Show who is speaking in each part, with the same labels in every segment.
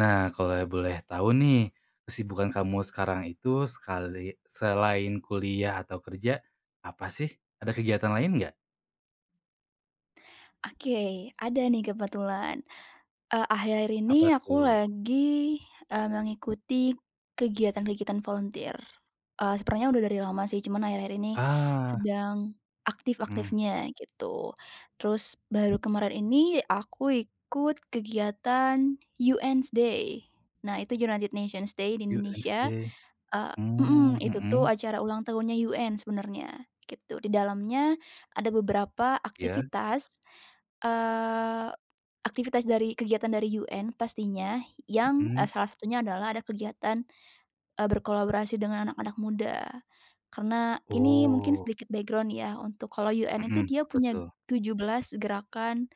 Speaker 1: Nah, kalau boleh tahu nih, kesibukan kamu sekarang itu sekali selain kuliah atau kerja, apa sih? Ada kegiatan lain nggak?
Speaker 2: Oke, ada nih kebetulan. Akhir-akhir
Speaker 1: Apa
Speaker 2: ini aku
Speaker 1: tuh?
Speaker 2: lagi, mengikuti kegiatan-kegiatan volunteer. Sebenarnya udah dari lama sih, cuman akhir-akhir ini
Speaker 1: Ah,
Speaker 2: sedang
Speaker 1: mhm,
Speaker 2: aktif-aktifnya gitu. Terus baru kemarin ini aku ikut kegiatan UN's Day. Nah, itu United Nations Day di Indonesia.
Speaker 1: UNC.
Speaker 2: Eee,
Speaker 1: Mmm,
Speaker 2: mhm, itu
Speaker 1: mhm,
Speaker 2: tuh acara ulang tahunnya UN sebenarnya, gitu. Di dalamnya ada beberapa
Speaker 1: iya,
Speaker 2: aktivitas, eee, aktivitas dari kegiatan dari UN pastinya yang,
Speaker 1: mhm.
Speaker 2: salah satunya adalah ada kegiatan, berkolaborasi dengan anak-anak muda. Karena ini mungkin
Speaker 1: Oh,
Speaker 2: sedikit background ya untuk, kalau UN itu
Speaker 1: mhm,
Speaker 2: dia
Speaker 1: apa
Speaker 2: punya
Speaker 1: tuh?
Speaker 2: 17 gerakan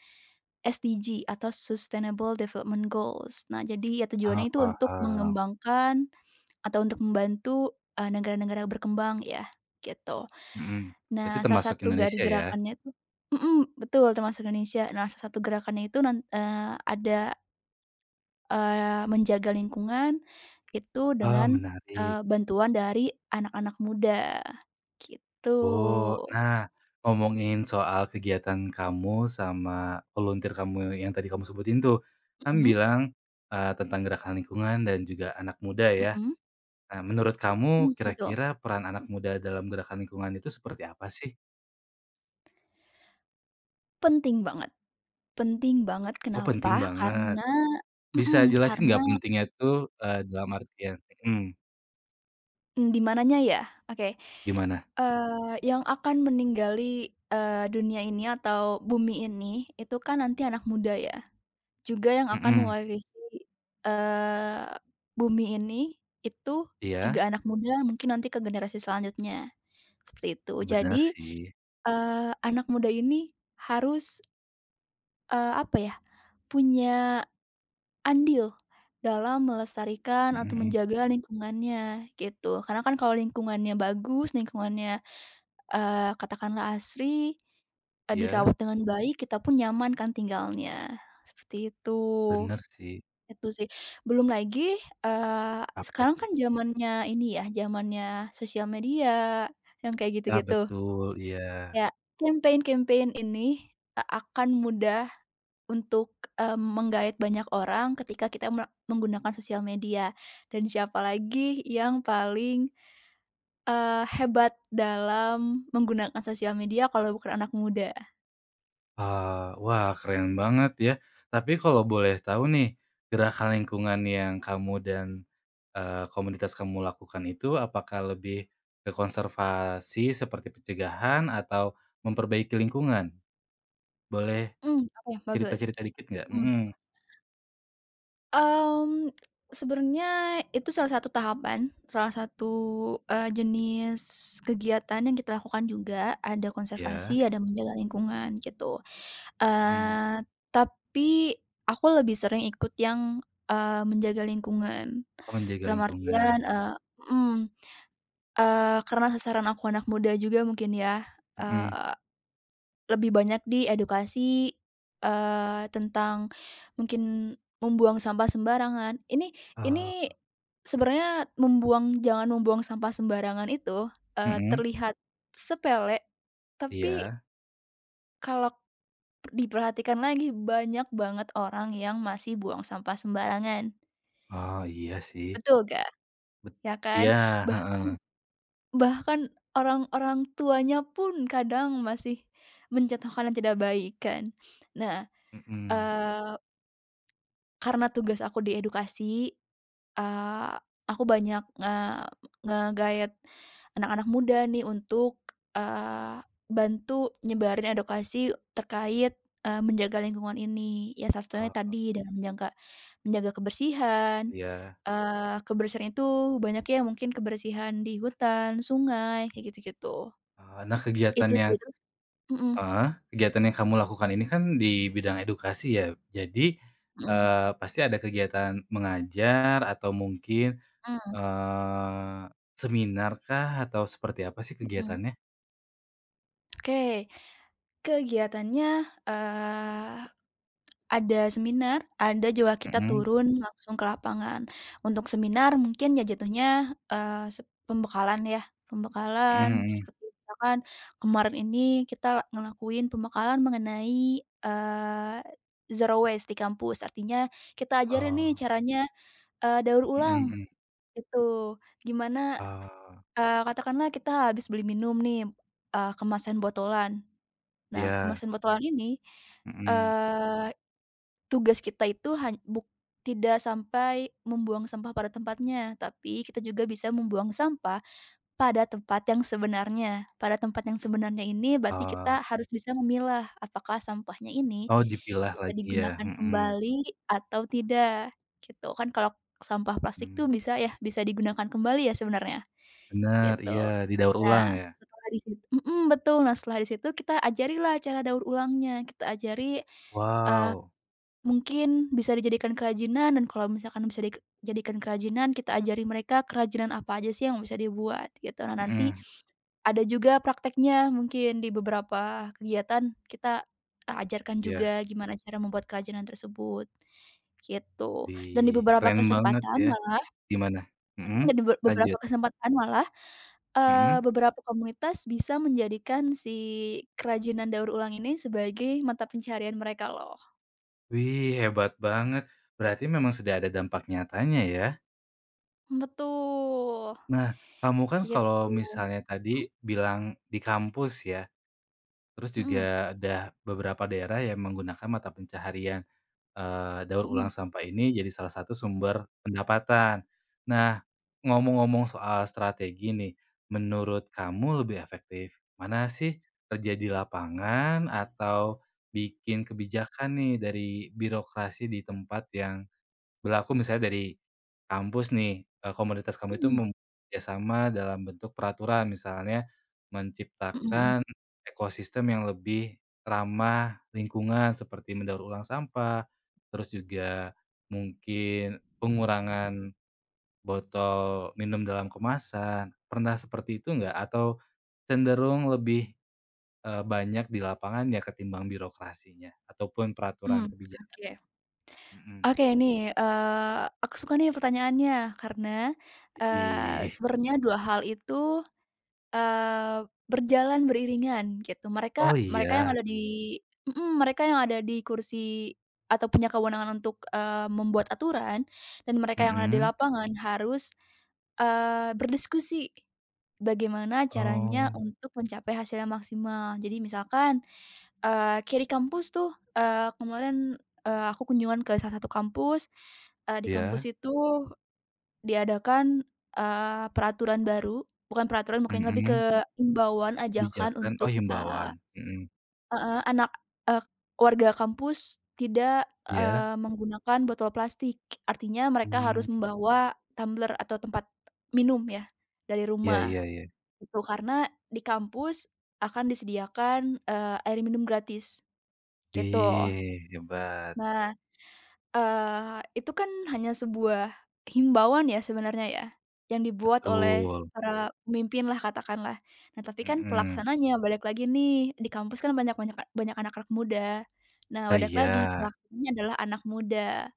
Speaker 2: SDG atau Sustainable Development Goals. Nah, jadi ya
Speaker 1: Ah,
Speaker 2: tujuannya itu untuk
Speaker 1: paham,
Speaker 2: mengembangkan atau untuk membantu, negara-negara berkembang ya, gitu.
Speaker 1: mhm.
Speaker 2: Nah,
Speaker 1: Berarti
Speaker 2: salah
Speaker 1: termasuk
Speaker 2: satu dari
Speaker 1: Indonesia ya?
Speaker 2: gerakannya tuh. Mhm, betul, termasuk Indonesia. Nah, salah satu gerakannya itu ada, menjaga lingkungan itu
Speaker 1: Ah,
Speaker 2: dengan,
Speaker 1: menarik.
Speaker 2: bantuan dari anak-anak muda, gitu.
Speaker 1: Oh, nah, ngomongin soal kegiatan kamu sama volunteer kamu yang tadi kamu sebutin tuh, kan
Speaker 2: Mhm,
Speaker 1: bilang, tentang gerakan lingkungan dan juga anak muda ya.
Speaker 2: mhm,
Speaker 1: Nah, menurut kamu
Speaker 2: mmm, betul.
Speaker 1: kira-kira peran anak muda dalam gerakan lingkungan itu seperti apa sih?
Speaker 2: Penting banget, penting banget.
Speaker 1: Oh, penting
Speaker 2: Kenapa?
Speaker 1: banget.
Speaker 2: Karena
Speaker 1: Bisa
Speaker 2: mhm,
Speaker 1: jelasin nggak
Speaker 2: karena
Speaker 1: pentingnya itu, dalam artian mhm,
Speaker 2: Mmm, di mananya ya? Oke.
Speaker 1: gimana?
Speaker 2: Yang akan meninggali, dunia ini atau bumi ini, itu kan nanti anak muda ya. Juga yang akan
Speaker 1: Mhm,
Speaker 2: mewarisi, eee, bumi ini, itu
Speaker 1: iya,
Speaker 2: juga anak muda, mungkin nanti ke generasi selanjutnya, seperti itu.
Speaker 1: benar
Speaker 2: Jadi,
Speaker 1: sih.
Speaker 2: anak muda ini harus, apa ya, punya andil dalam melestarikan
Speaker 1: Mhm,
Speaker 2: atau
Speaker 1: mhm.
Speaker 2: menjaga lingkungannya, gitu. Karena kan kalau lingkungannya bagus, lingkungannya, katakanlah asri, dirawat
Speaker 1: Iya,
Speaker 2: dengan baik, kita pun nyaman kan tinggalnya, seperti itu.
Speaker 1: benar sih.
Speaker 2: Itu sih. Belum lagi,
Speaker 1: Apa
Speaker 2: sekarang
Speaker 1: tuh?
Speaker 2: kan zamannya ini ya, zamannya sosial media, yang kayak
Speaker 1: Ah,
Speaker 2: gitu-gitu.
Speaker 1: betul, iya.
Speaker 2: Ya, campaign-campaign ini, akan mudah untuk, menggait banyak orang ketika kita menggunakan sosial media. Dan siapa lagi yang paling hebat dalam menggunakan sosial media kalau bukan anak muda.
Speaker 1: Wah, keren banget ya. Tapi kalau boleh tahu nih, gerakan lingkungan yang kamu dan, komunitas kamu lakukan itu apakah lebih ke konservasi seperti pencegahan atau memperbaiki lingkungan? Boleh
Speaker 2: Mmm, oke, bagus.
Speaker 1: cerita-cerita dikit nggak?
Speaker 2: Mhm,
Speaker 1: Mhm,
Speaker 2: mmm, sebenarnya itu salah satu tahapan, salah satu, jenis kegiatan yang kita lakukan juga, ada
Speaker 1: iya,
Speaker 2: konservasi, ada menjaga lingkungan, gitu.
Speaker 1: mhm.
Speaker 2: Eee, tapi aku lebih sering ikut yang, menjaga lingkungan.
Speaker 1: Oh, menjaga
Speaker 2: Dalam artian,
Speaker 1: lingkungan,
Speaker 2: mhm, karena sasaran aku anak muda juga mungkin ya,
Speaker 1: mhm,
Speaker 2: eee lebih banyak di edukasi, tentang mungkin membuang sampah sembarangan. Ini
Speaker 1: eee,
Speaker 2: ini sebenarnya, jangan membuang sampah sembarangan itu,
Speaker 1: mhm,
Speaker 2: terlihat sepele, tapi
Speaker 1: iya.
Speaker 2: kalau diperhatikan lagi banyak banget orang yang masih buang sampah sembarangan.
Speaker 1: Oh iya sih,
Speaker 2: Betul nggak?
Speaker 1: bet
Speaker 2: Ya kan?
Speaker 1: iya,
Speaker 2: Bahkan
Speaker 1: heeh,
Speaker 2: bahkan orang-orang tuanya pun kadang masih mencontohkan yang tidak baik kan. Nah,
Speaker 1: mhm,
Speaker 2: eee karena tugas aku di edukasi, eee, aku banyak nge nge anak-anak muda nih untuk, eee, bantu nyebarin edukasi terkait, menjaga lingkungan ini. Ya, salah satunya
Speaker 1: oh
Speaker 2: tadi dengan menjaga menjaga kebersihan,
Speaker 1: iya.
Speaker 2: kebersihan itu banyak ya, mungkin kebersihan di hutan, sungai, kayak gitu-gitu.
Speaker 1: Eee, nah kegiatan
Speaker 2: Itu
Speaker 1: yang
Speaker 2: sih. Terus, mhm,
Speaker 1: Heeh, kegiatan yang kamu lakukan ini kan di bidang edukasi ya. Jadi,
Speaker 2: mhm,
Speaker 1: pasti ada kegiatan mengajar atau mungkin,
Speaker 2: mhm,
Speaker 1: eee, seminar kah atau seperti apa sih
Speaker 2: mhm.
Speaker 1: kegiatannya?
Speaker 2: Oke, kegiatannya, eee ada seminar, ada juga kita
Speaker 1: Mhm,
Speaker 2: turun, mhm, langsung ke lapangan. Untuk seminar mungkin ya jatuhnya, eee, sep pembekalan ya,
Speaker 1: mhm,
Speaker 2: pembekalan
Speaker 1: mhm.
Speaker 2: seperti misalkan kemarin ini kita ngelakuin pembekalan mengenai, zero waste di kampus. Artinya kita ajarin nih
Speaker 1: Oh,
Speaker 2: caranya, daur
Speaker 1: mhm,
Speaker 2: ulang
Speaker 1: mhm.
Speaker 2: gitu. Gimana,
Speaker 1: Oh,
Speaker 2: katakanlah kita habis beli minum nih, kemasan botolan. Nah,
Speaker 1: iya,
Speaker 2: kemasan botolan ini,
Speaker 1: mhm.
Speaker 2: eee tugas kita itu han buk tidak sampai membuang sampah pada tempatnya, tapi kita juga bisa membuang sampah pada tempat yang sebenarnya. Pada tempat yang sebenarnya ini berarti
Speaker 1: Oh,
Speaker 2: kita harus bisa memilah apakah sampahnya ini
Speaker 1: oh, dipilah
Speaker 2: bisa
Speaker 1: lagi ya,
Speaker 2: digunakan
Speaker 1: mhm,
Speaker 2: kembali atau tidak, gitu. Kan kalau sampah plastik tuh
Speaker 1: mhm.
Speaker 2: bisa ya, bisa digunakan kembali ya sebenarnya,
Speaker 1: Bener,
Speaker 2: gitu.
Speaker 1: iya, didaur ulang
Speaker 2: Nah,
Speaker 1: ya?
Speaker 2: setelah di sit mhm, betul. Nah, setelah di situ kita ajarilah cara daur ulangnya, kita ajari, eh,
Speaker 1: Wow,
Speaker 2: mungkin bisa dijadikan kerajinan, dan kalau misalkan bisa dijadikan kerajinan, kita ajari mereka kerajinan apa aja sih yang bisa dibuat gitu. Nah nanti
Speaker 1: mhm,
Speaker 2: ada juga prakteknya, mungkin di beberapa kegiatan kita, ajarkan
Speaker 1: iya,
Speaker 2: juga gimana cara membuat kerajinan tersebut, gitu.
Speaker 1: di
Speaker 2: Dan di beberapa
Speaker 1: keren banget
Speaker 2: kesempatan
Speaker 1: ya.
Speaker 2: malah,
Speaker 1: Gimana? Mhm,
Speaker 2: mhm, dan di beberapa
Speaker 1: lanjut,
Speaker 2: kesempatan malah,
Speaker 1: mhm?
Speaker 2: beberapa komunitas bisa menjadikan si kerajinan daur ulang ini sebagai mata pencarian mereka loh.
Speaker 1: Wih, hebat banget. Berarti memang sudah ada dampak nyatanya ya.
Speaker 2: Betul,
Speaker 1: Nah, kamu kan
Speaker 2: gitu.
Speaker 1: kalau misalnya
Speaker 2: Mhm,
Speaker 1: tadi bilang di kampus ya, terus
Speaker 2: mhm,
Speaker 1: juga ada beberapa daerah yang menggunakan mata pencaharian, daur ulang
Speaker 2: mhm,
Speaker 1: sampah ini jadi salah satu sumber pendapatan. Nah, ngomong-ngomong soal strategi nih, menurut kamu lebih efektif mana sih? Kerja di lapangan atau bikin kebijakan nih dari birokrasi di tempat yang berlaku, misalnya dari kampus nih, komunitas kamu itu
Speaker 2: mhm,
Speaker 1: kerjasama dalam bentuk peraturan, misalnya
Speaker 2: mhm, mhm,
Speaker 1: menciptakan ekosistem yang lebih ramah lingkungan seperti mendaur ulang sampah, terus juga mungkin pengurangan botol minum dalam kemasan. Pernah seperti itu nggak? Atau cenderung lebih, banyak di lapangan ya ketimbang birokrasinya ataupun peraturan
Speaker 2: mhm,
Speaker 1: kebijakannya?
Speaker 2: oke.
Speaker 1: Mhm.
Speaker 2: Oke nih, aku suka nih pertanyaannya karena,
Speaker 1: Idih.
Speaker 2: sebenarnya 2 hal itu, eee, berjalan beriringan gitu.
Speaker 1: Oh,
Speaker 2: Mereka mereka yang
Speaker 1: iya?
Speaker 2: ada di mhm, mereka yang ada di kursi atau punya kewenangan untuk, membuat aturan, dan mereka yang ada di
Speaker 1: Mhm.
Speaker 2: lapangan harus, berdiskusi bagaimana caranya
Speaker 1: Oh,
Speaker 2: untuk mencapai hasil yang maksimal. Jadi misalkan, kayak di kampus tuh, kemarin, aku kunjungan ke salah satu kampus, di kampus
Speaker 1: iya,
Speaker 2: itu diadakan, peraturan baru, bukan peraturan, mungkin lebih ke
Speaker 1: mhm,
Speaker 2: imbauan, ajakan
Speaker 1: kebijakan,
Speaker 2: untuk,
Speaker 1: oh, himbauan,
Speaker 2: eee
Speaker 1: mhm,
Speaker 2: heeh, anak eee, warga kampus tidak,
Speaker 1: iya,
Speaker 2: menggunakan botol plastik. Artinya mereka harus
Speaker 1: mmm,
Speaker 2: membawa tumbler atau tempat minum ya, dari
Speaker 1: iya,
Speaker 2: rumah,
Speaker 1: iya, iya.
Speaker 2: gitu. Karena di kampus akan disediakan, air minum gratis, gitu.
Speaker 1: Wih, hebat,
Speaker 2: Nah, itu kan hanya sebuah himbauan ya sebenarnya ya, yang dibuat oleh
Speaker 1: betul,
Speaker 2: para pemimpinlah katakanlah. Nah, tapi kan
Speaker 1: mhm,
Speaker 2: pelaksananya balik lagi nih, di kampus kan banyak banyak a banyak anak-anak muda. Nah,
Speaker 1: oh
Speaker 2: balik lagi
Speaker 1: iya,
Speaker 2: pelaksananya adalah anak muda.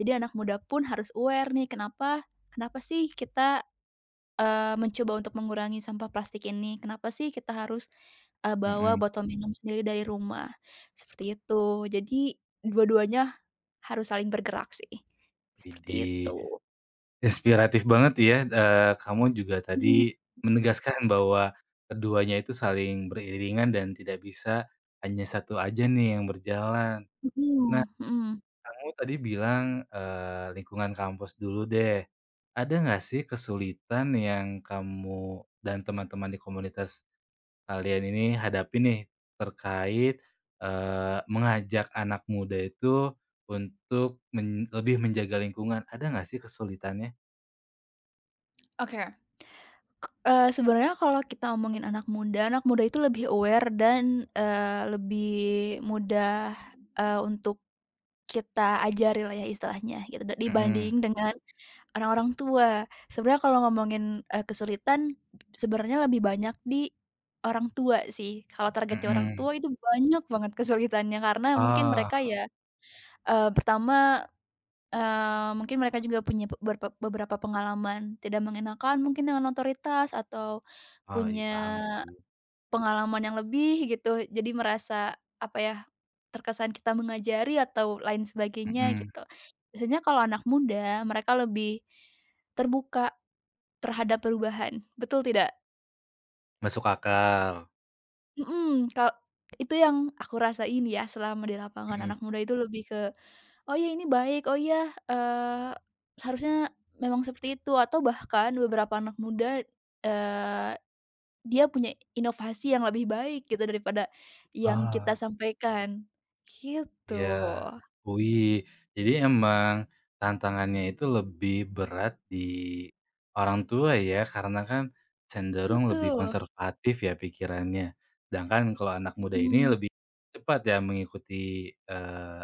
Speaker 2: Jadi anak muda pun harus aware nih, kenapa kenapa sih kita, mencoba untuk mengurangi sampah plastik ini? Kenapa sih kita harus, bawa
Speaker 1: mhm,
Speaker 2: botol minum sendiri dari rumah? Seperti itu. Jadi dua-duanya harus saling bergerak sih, seperti
Speaker 1: widih,
Speaker 2: itu.
Speaker 1: inspiratif banget ya, kamu juga
Speaker 2: Mhm,
Speaker 1: tadi menegaskan bahwa keduanya itu saling beriringan dan tidak bisa hanya satu aja nih yang berjalan. Nah,
Speaker 2: mhm, mhm.
Speaker 1: kamu tadi bilang, lingkungan kampus dulu deh. Ada nggak sih kesulitan yang kamu dan teman-teman di komunitas kalian ini hadapi nih terkait, mengajak anak muda itu untuk lebih menjaga lingkungan, ada nggak sih kesulitannya?
Speaker 2: Oke. Sebenarnya kalau kita ngomongin anak muda itu lebih aware dan, lebih mudah, untuk kita ajari lah ya istilahnya, gitu,
Speaker 1: Mhm,
Speaker 2: dibanding dengan orang-orang tua. Sebenarnya kalau ngomongin, kesulitan, sebenarnya lebih banyak di orang tua sih. Kalau targetnya orang
Speaker 1: mhm.
Speaker 2: tua itu banyak banget kesulitannya, karena mungkin
Speaker 1: Oh,
Speaker 2: mereka ya, pertama, mungkin mereka juga punya pe- berpe beberapa pengalaman tidak mengenakan mungkin dengan otoritas atau
Speaker 1: oh, iya paham
Speaker 2: punya
Speaker 1: sih.
Speaker 2: pengalaman yang lebih gitu, jadi merasa, apa ya, terkesan kita mengajari atau lain sebagainya
Speaker 1: Mhm,
Speaker 2: gitu. Biasanya kalau anak muda mereka lebih terbuka terhadap perubahan, betul tidak?
Speaker 1: masuk akal.
Speaker 2: Mhm, itu yang aku rasain ya, selama di lapangan
Speaker 1: Mhm.
Speaker 2: anak muda itu lebih ke, oh ya ini baik, oh ya, eee, seharusnya memang seperti itu, atau bahkan beberapa anak muda, eee, dia punya inovasi yang lebih baik gitu daripada yang kita
Speaker 1: Oh.
Speaker 2: sampaikan, gitu.
Speaker 1: Iya. Wih, jadi emang tantangannya itu lebih berat di orang tua ya, karena kan cenderung lebih
Speaker 2: Betul,
Speaker 1: konservatif ya pikirannya. Sedangkan kalau anak muda ini
Speaker 2: mhm,
Speaker 1: lebih cepat ya mengikuti, eee,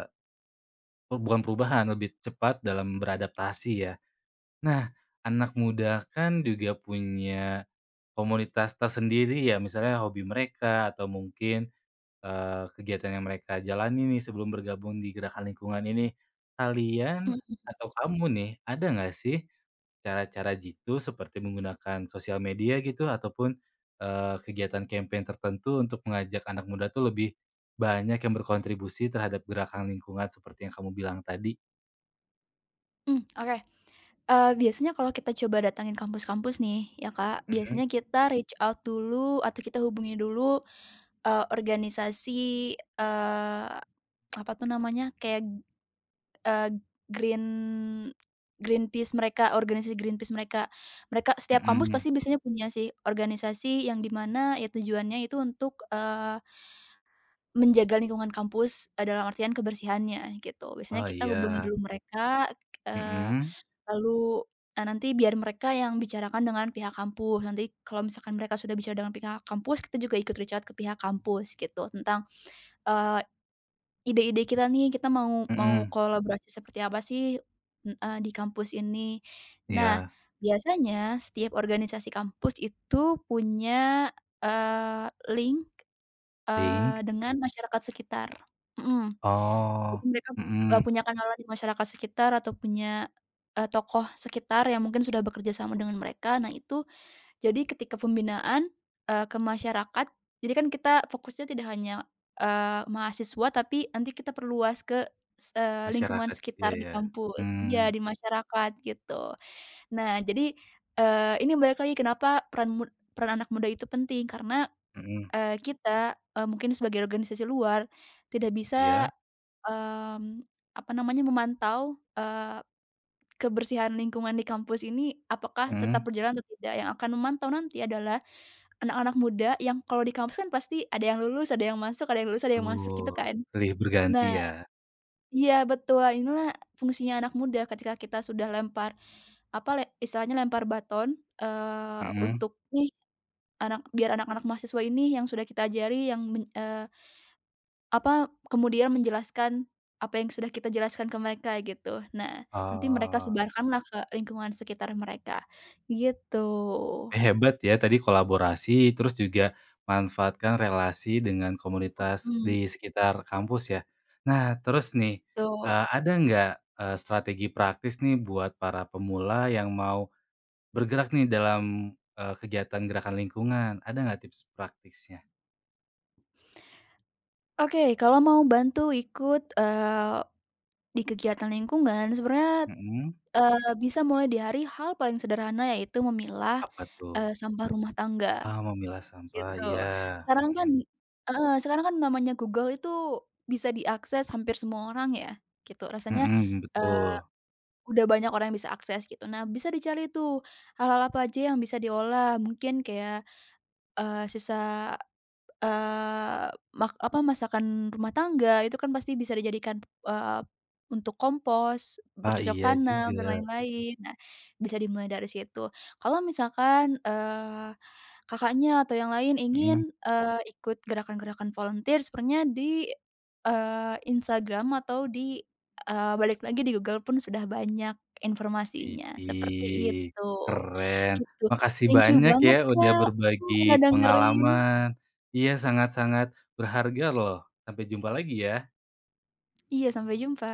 Speaker 1: bukan perubahan, lebih cepat dalam beradaptasi ya. Nah, anak muda kan juga punya komunitas tersendiri ya, misalnya hobi mereka atau mungkin kegiatan yang mereka jalani nih sebelum bergabung di gerakan lingkungan ini. Kalian
Speaker 2: mhm,
Speaker 1: atau kamu nih, ada nggak sih cara-cara jitu seperti menggunakan sosial media gitu ataupun, kegiatan campaign tertentu untuk mengajak anak muda tuh lebih banyak yang berkontribusi terhadap gerakan lingkungan seperti yang kamu bilang tadi?
Speaker 2: mhm, oke. Biasanya kalau kita coba datangin kampus-kampus nih ya, Kak,
Speaker 1: Mhm,
Speaker 2: biasanya kita reach out dulu atau kita hubungi dulu, organisasi, eee, apa tuh namanya, kayak, Eee, Green Greenpeace mereka, organisasi Greenpeace mereka. Mereka, setiap kampus
Speaker 1: mhm.
Speaker 2: pasti biasanya punya sih organisasi yang di mana ya tujuannya itu untuk, menjaga lingkungan kampus, dalam artian kebersihannya, gitu. Biasanya
Speaker 1: Oh
Speaker 2: kita hubungi
Speaker 1: iya.
Speaker 2: dulu mereka, eee,
Speaker 1: Mhm,
Speaker 2: lalu, nanti biar mereka yang bicarakan dengan pihak kampus. Nanti kalau misalkan mereka sudah bicara dengan pihak kampus, kita juga ikut reach out ke pihak kampus gitu tentang, eee ide-ide kita nih, kita mau mau mhm,
Speaker 1: mhm.
Speaker 2: kolaborasi seperti apa sih, di kampus ini. Nah,
Speaker 1: Iya.
Speaker 2: biasanya setiap organisasi kampus itu punya, eee, link,
Speaker 1: Link?
Speaker 2: dengan, mhm, masyarakat sekitar. Mhm. Jadi
Speaker 1: Oh.
Speaker 2: mereka,
Speaker 1: Mhm.
Speaker 2: punya kenalan di masyarakat sekitar atau punya, tokoh sekitar yang mungkin sudah bekerja sama dengan mereka. Nah itu, jadi ketika pembinaan, ke masyarakat, jadi kan kita fokusnya tidak hanya, mahasiswa, tapi nanti kita perluas ke lingkungan
Speaker 1: Masyarakat juga
Speaker 2: sekitar di
Speaker 1: ya?
Speaker 2: kampus iya,
Speaker 1: Mmm,
Speaker 2: di masyarakat, gitu. Nah, jadi, ini balik lagi kenapa peran anak muda itu penting, karena,
Speaker 1: mhm.
Speaker 2: kita, mungkin sebagai organisasi luar tidak bisa,
Speaker 1: Iya,
Speaker 2: mmm, apa namanya, memantau, kebersihan lingkungan di kampus ini apakah tetap
Speaker 1: mhm,
Speaker 2: berjalan atau tidak, yang akan memantau nanti adalah anak-anak muda, yang kalau di kampus kan pasti ada yang lulus, ada yang masuk, ada yang lulus, ada yang masuk
Speaker 1: betul,
Speaker 2: gitu kan.
Speaker 1: silih berganti
Speaker 2: Nah,
Speaker 1: ya.
Speaker 2: iya betul, inilah fungsinya anak muda, ketika kita sudah lempar, apa le istilahnya lempar baton,
Speaker 1: Mhm.
Speaker 2: untuk nih, biar anak-anak mahasiswa ini yang sudah kita ajari, yang apa, kemudian menjelaskan apa yang sudah kita jelaskan ke mereka gitu. Nah nanti mereka
Speaker 1: Eee,
Speaker 2: sebarkanlah ke lingkungan sekitar mereka, gitu.
Speaker 1: Hebat ya tadi kolaborasi, terus juga manfaatkan relasi dengan komunitas
Speaker 2: Mhm,
Speaker 1: di sekitar kampus ya. Nah terus nih,
Speaker 2: betul.
Speaker 1: ada nggak, strategi praktis nih buat para pemula yang mau bergerak nih dalam, kegiatan gerakan lingkungan, ada nggak tips praktisnya?
Speaker 2: Oke, kalau mau bantu ikut, di kegiatan lingkungan sebenarnya,
Speaker 1: Mhm.
Speaker 2: bisa mulai dari hal paling sederhana yaitu memilah,
Speaker 1: Apa tuh?
Speaker 2: sampah rumah tangga,
Speaker 1: Ah, memilah sampah,
Speaker 2: gitu.
Speaker 1: iya,
Speaker 2: Sekarang
Speaker 1: mhm,
Speaker 2: kan heeh, sekarang kan namanya Google itu bisa diakses hampir semua orang ya, gitu. Rasanya,
Speaker 1: mhm,
Speaker 2: eee,
Speaker 1: betul.
Speaker 2: udah banyak orang yang bisa akses gitu. Nah, bisa dicari tuh hal-hal apa aja yang bisa diolah, mungkin kayak, eee, sisa Eee, mak apa, masakan rumah tangga itu kan pasti bisa dijadikan, untuk kompos,
Speaker 1: Ah,
Speaker 2: bercocok
Speaker 1: iya
Speaker 2: tanam, dan
Speaker 1: juga.
Speaker 2: lain-lain. Nah, bisa dimulai dari situ. Kalau misalkan, Kakaknya atau yang lain
Speaker 1: Mhm.
Speaker 2: ingin, ikut gerakan-gerakan volunteer, sebenarnya di, Instagram atau di, balik lagi di Google pun sudah banyak informasinya, seperti
Speaker 1: Widih,
Speaker 2: itu,
Speaker 1: keren.
Speaker 2: gitu.
Speaker 1: Makasih
Speaker 2: Thank you
Speaker 1: banyak ya
Speaker 2: banget,
Speaker 1: udah
Speaker 2: Kak, mhm,
Speaker 1: berbagi
Speaker 2: udah dengerin.
Speaker 1: pengalaman. Iya, sangat-sangat berharga loh. Sampai jumpa lagi ya.
Speaker 2: Iya, sampai jumpa.